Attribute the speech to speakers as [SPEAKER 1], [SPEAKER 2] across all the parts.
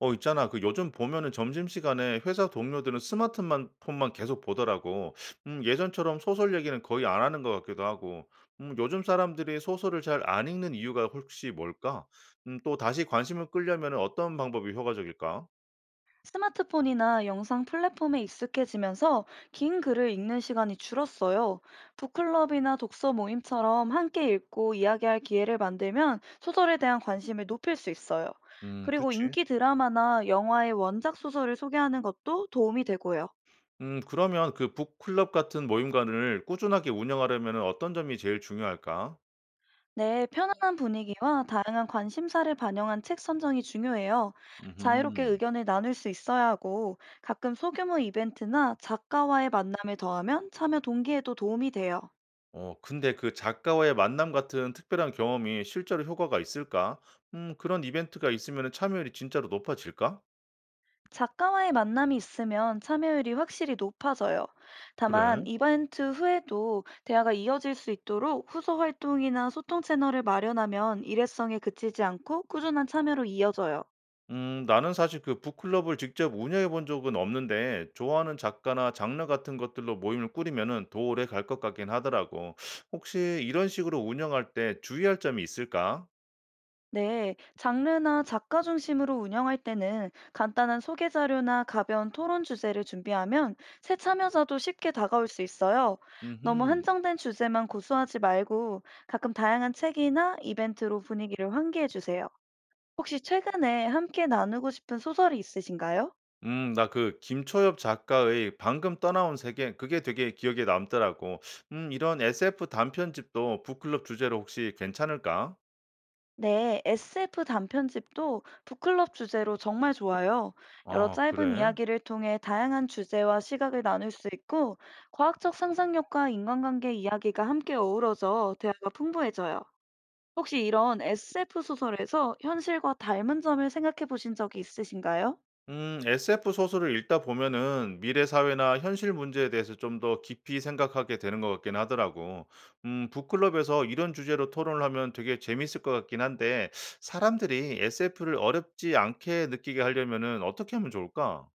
[SPEAKER 1] 어, 있잖아. 그 요즘 보면은 점심시간에 회사 동료들은 스마트만 폰만 계속 보더라고. 예전처럼 소설 얘기는 거의 안 하는 것 같기도 하고. 요즘 사람들이 소설을 잘 안 읽는 이유가 혹시 뭘까? 또 다시 관심을 끌려면 어떤 방법이 효과적일까?
[SPEAKER 2] 스마트폰이나 영상 플랫폼에 익숙해지면서 긴 글을 읽는 시간이 줄었어요. 북클럽이나 독서 모임처럼 함께 읽고 이야기할 기회를 만들면 소설에 대한 관심을 높일 수 있어요. 그리고
[SPEAKER 1] 그치.
[SPEAKER 2] 인기 드라마나 영화의 원작 소설을 소개하는 것도 도움이 되고요.
[SPEAKER 1] 그러면 그 북클럽 같은 모임관을 꾸준하게 운영하려면 어떤 점이 제일 중요할까?
[SPEAKER 2] 네, 편안한 분위기와 다양한 관심사를 반영한 책 선정이 중요해요. 자유롭게
[SPEAKER 1] 음
[SPEAKER 2] 의견을 나눌 수 있어야 하고 가끔 소규모 이벤트나 작가와의 만남을 더하면 참여 동기에도 도움이 돼요.
[SPEAKER 1] 어 근데 그 작가와의 만남 같은 특별한 경험이 실제로 효과가 있을까? 그런 이벤트가 있으면 참여율이 진짜로 높아질까?
[SPEAKER 2] 작가와의 만남이 있으면 참여율이 확실히 높아져요. 다만
[SPEAKER 1] 그래?
[SPEAKER 2] 이벤트 후에도 대화가 이어질 수 있도록 후속 활동이나 소통 채널을 마련하면 일회성에 그치지 않고 꾸준한 참여로 이어져요.
[SPEAKER 1] 나는 사실 그 북클럽을 직접 운영해 본 적은 없는데 좋아하는 작가나 장르 같은 것들로 모임을 꾸리면은 더 오래 갈 것 같긴 하더라고. 혹시 이런 식으로 운영할 때 주의할 점이 있을까?
[SPEAKER 2] 네, 장르나 작가 중심으로 운영할 때는 간단한 소개 자료나 가벼운 토론 주제를 준비하면 새 참여자도 쉽게 다가올 수 있어요. 너무
[SPEAKER 1] 음흠.
[SPEAKER 2] 한정된 주제만 고수하지 말고 가끔 다양한 책이나 이벤트로 분위기를 환기해 주세요. 혹시 최근에 함께 나누고 싶은 소설이 있으신가요?
[SPEAKER 1] 나 그 김초엽 작가의 방금 떠나온 세계 그게 되게 기억에 남더라고. 이런 SF 단편집도 북클럽 주제로 혹시 괜찮을까?
[SPEAKER 2] 네, SF 단편집도 북클럽 주제로 정말 좋아요. 여러
[SPEAKER 1] 아
[SPEAKER 2] 짧은
[SPEAKER 1] 그래?
[SPEAKER 2] 이야기를 통해 다양한 주제와 시각을 나눌 수 있고, 과학적 상상력과 인간관계 이야기가 함께 어우러져 대화가 풍부해져요. 혹시 이런 SF 소설에서 현실과 닮은 점을 생각해 보신 적이 있으신가요?
[SPEAKER 1] SF 소설을 읽다 보면은 미래 사회나 현실 문제에 대해서 좀 더 깊이 생각하게 되는 것 같긴 하더라고. 북클럽에서 이런 주제로 토론을 하면 되게 재밌을 것 같긴 한데 사람들이 SF를 어렵지 않게 느끼게 하려면은 어떻게 하면 좋을까?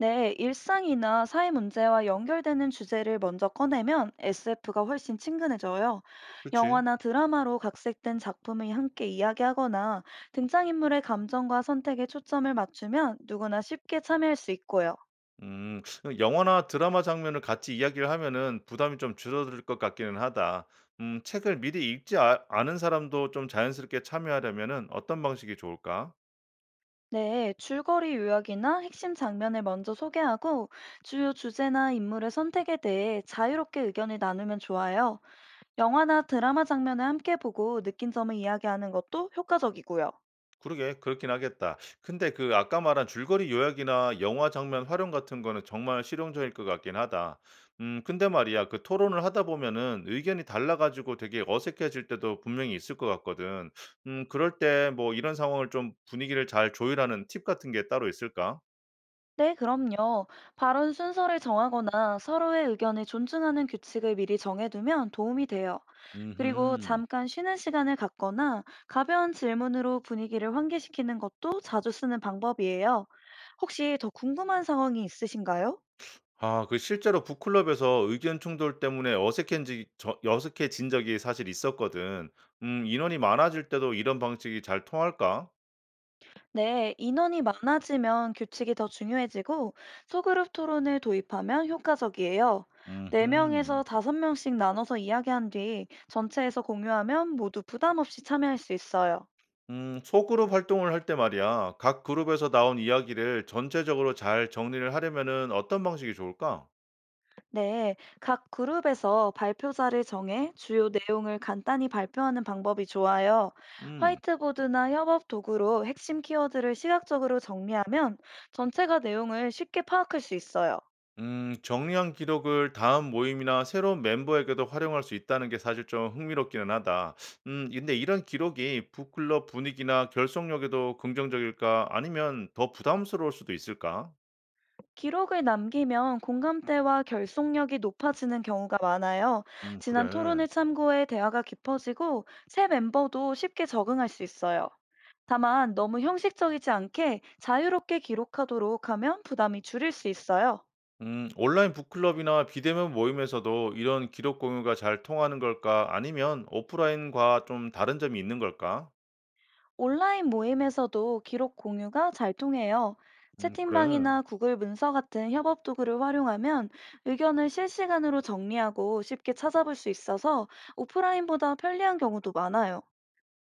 [SPEAKER 2] 네, 일상이나 사회 문제와 연결되는 주제를 먼저 꺼내면 SF가 훨씬 친근해져요.
[SPEAKER 1] 그치?
[SPEAKER 2] 영화나 드라마로 각색된 작품을 함께 이야기하거나 등장인물의 감정과 선택에 초점을 맞추면 누구나 쉽게 참여할 수 있고요.
[SPEAKER 1] 음. 그 영화나 드라마 장면을 같이 이야기를 하면은 부담이 좀 줄어들 것 같기는 하다. 책을 미리 읽지 않은 사람도 좀 자연스럽게 참여하려면은 어떤 방식이 좋을까?
[SPEAKER 2] 네, 줄거리 요약이나 핵심 장면을 먼저 소개하고 주요 주제나 인물의 선택에 대해 자유롭게 의견을 나누면 좋아요. 영화나 드라마 장면을 함께 보고 느낀 점을 이야기하는 것도 효과적이고요.
[SPEAKER 1] 그러게 그렇긴 하겠다. 근데 그 아까 말한 줄거리 요약이나 영화 장면 활용 같은 거는 정말 실용적일 것 같긴 하다. 근데 말이야 그 토론을 하다 보면은 의견이 달라 가지고 되게 어색해질 때도 분명히 있을 것 같거든. 그럴 때 뭐 이런 상황을 좀 분위기를 잘 조율하는 팁 같은 게 따로 있을까?
[SPEAKER 2] 네, 그럼요. 발언 순서를 정하거나 서로의 의견을 존중하는 규칙을 미리 정해두면 도움이 돼요. 그리고
[SPEAKER 1] 음흠.
[SPEAKER 2] 잠깐 쉬는 시간을 갖거나 가벼운 질문으로 분위기를 환기시키는 것도 자주 쓰는 방법이에요. 혹시 더 궁금한 상황이 있으신가요?
[SPEAKER 1] 아 그 실제로 북 클럽에서 의견 충돌 때문에 어색해지 저 어색해진 적이 사실 있었거든. 인원이 많아질 때도 이런 방식이 잘 통할까?
[SPEAKER 2] 네, 인원이 많아지면 규칙이 더 중요해지고 소그룹 토론을 도입하면 효과적이에요.
[SPEAKER 1] 음흠.
[SPEAKER 2] 4명에서 5명씩 나눠서 이야기한 뒤 전체에서 공유하면 모두 부담 없이 참여할 수 있어요.
[SPEAKER 1] 소그룹 활동을 할 때 말이야. 각 그룹에서 나온 이야기를 전체적으로 잘 정리를 하려면은 어떤 방식이 좋을까?
[SPEAKER 2] 네, 각 그룹에서 발표자를 정해 주요 내용을 간단히 발표하는 방법이 좋아요.
[SPEAKER 1] 음.
[SPEAKER 2] 화이트보드나 협업 도구로 핵심 키워드를 시각적으로 정리하면 전체가 내용을 쉽게 파악할 수 있어요.
[SPEAKER 1] 정리한 기록을 다음 모임이나 새로운 멤버에게도 활용할 수 있다는 게 사실 좀 흥미롭기는 하다. 근데 이런 기록이 북클럽 분위기나 결속력에도 긍정적일까? 아니면 더 부담스러울 수도 있을까?
[SPEAKER 2] 기록을 남기면 공감대와 결속력이 높아지는 경우가 많아요. 지난
[SPEAKER 1] 그래.
[SPEAKER 2] 토론을 참고해 대화가 깊어지고 새 멤버도 쉽게 적응할 수 있어요. 다만 너무 형식적이지 않게 자유롭게 기록하도록 하면 부담이 줄일 수 있어요.
[SPEAKER 1] 온라인 북클럽이나 비대면 모임에서도 이런 기록 공유가 잘 통하는 걸까? 아니면 오프라인과 좀 다른 점이 있는 걸까?
[SPEAKER 2] 온라인 모임에서도 기록 공유가 잘 통해요.
[SPEAKER 1] 그래.
[SPEAKER 2] 채팅방이나 구글 문서 같은 협업 도구를 활용하면 의견을 실시간으로 정리하고 쉽게 찾아볼 수 있어서 오프라인보다 편리한 경우도 많아요.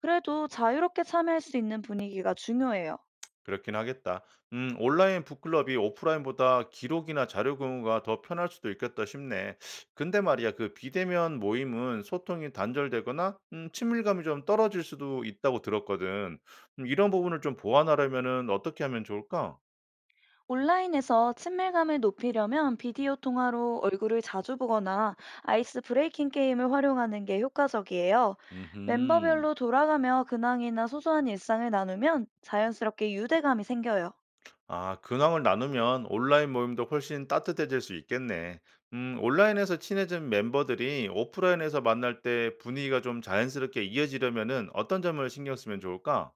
[SPEAKER 2] 그래도 자유롭게 참여할 수 있는 분위기가 중요해요.
[SPEAKER 1] 그렇긴 하겠다. 온라인 북클럽이 오프라인보다 기록이나 자료 공유가 더 편할 수도 있겠다 싶네. 근데 말이야, 그 비대면 모임은 소통이 단절되거나 친밀감이 좀 떨어질 수도 있다고 들었거든. 이런 부분을 좀 보완하려면은 어떻게 하면 좋을까?
[SPEAKER 2] 온라인에서 친밀감을 높이려면 비디오 통화로 얼굴을 자주 보거나 아이스 브레이킹 게임을 활용하는 게 효과적이에요.
[SPEAKER 1] 음.
[SPEAKER 2] 멤버별로 돌아가며 근황이나 소소한 일상을 나누면 자연스럽게 유대감이 생겨요.
[SPEAKER 1] 아, 근황을 나누면 온라인 모임도 훨씬 따뜻해질 수 있겠네. 온라인에서 친해진 멤버들이 오프라인에서 만날 때 분위기가 좀 자연스럽게 이어지려면은 어떤 점을 신경 쓰면 좋을까?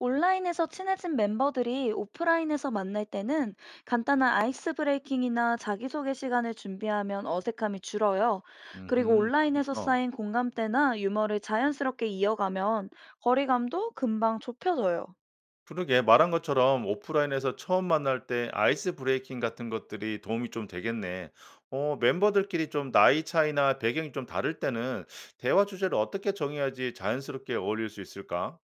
[SPEAKER 2] 온라인에서 친해진 멤버들이 오프라인에서 만날 때는 간단한 아이스 브레이킹이나 자기소개 시간을 준비하면 어색함이 줄어요. 그리고
[SPEAKER 1] 음흠.
[SPEAKER 2] 온라인에서
[SPEAKER 1] 그렇겠다.
[SPEAKER 2] 쌓인 공감대나 유머를 자연스럽게 이어가면 거리감도 금방 좁혀져요.
[SPEAKER 1] 그러게 말한 것처럼 오프라인에서 처음 만날 때 아이스 브레이킹 같은 것들이 도움이 좀 되겠네. 어, 멤버들끼리 좀 나이 차이나 배경이 좀 다를 때는 대화 주제를 어떻게 정해야지 자연스럽게 어울릴 수 있을까?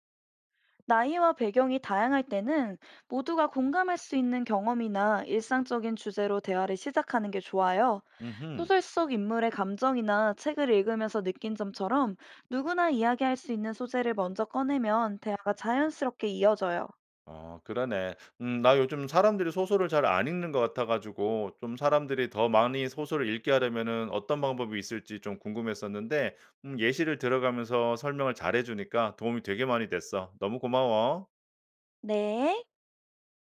[SPEAKER 2] 나이와 배경이 다양할 때는 모두가 공감할 수 있는 경험이나 일상적인 주제로 대화를 시작하는 게 좋아요.
[SPEAKER 1] 음
[SPEAKER 2] 소설 속 인물의 감정이나 책을 읽으면서 느낀 점처럼 누구나 이야기할 수 있는 소재를 먼저 꺼내면 대화가 자연스럽게 이어져요.
[SPEAKER 1] 어, 그러네. 나 요즘 사람들이 소설을 잘 안 읽는 것 같아가지고, 좀 사람들이 더 많이 소설을 읽게 하려면은 어떤 방법이 있을지 좀 궁금했었는데, 예시를 들어가면서 설명을 잘해주니까 도움이 되게 많이 됐어. 너무 고마워.
[SPEAKER 2] 네.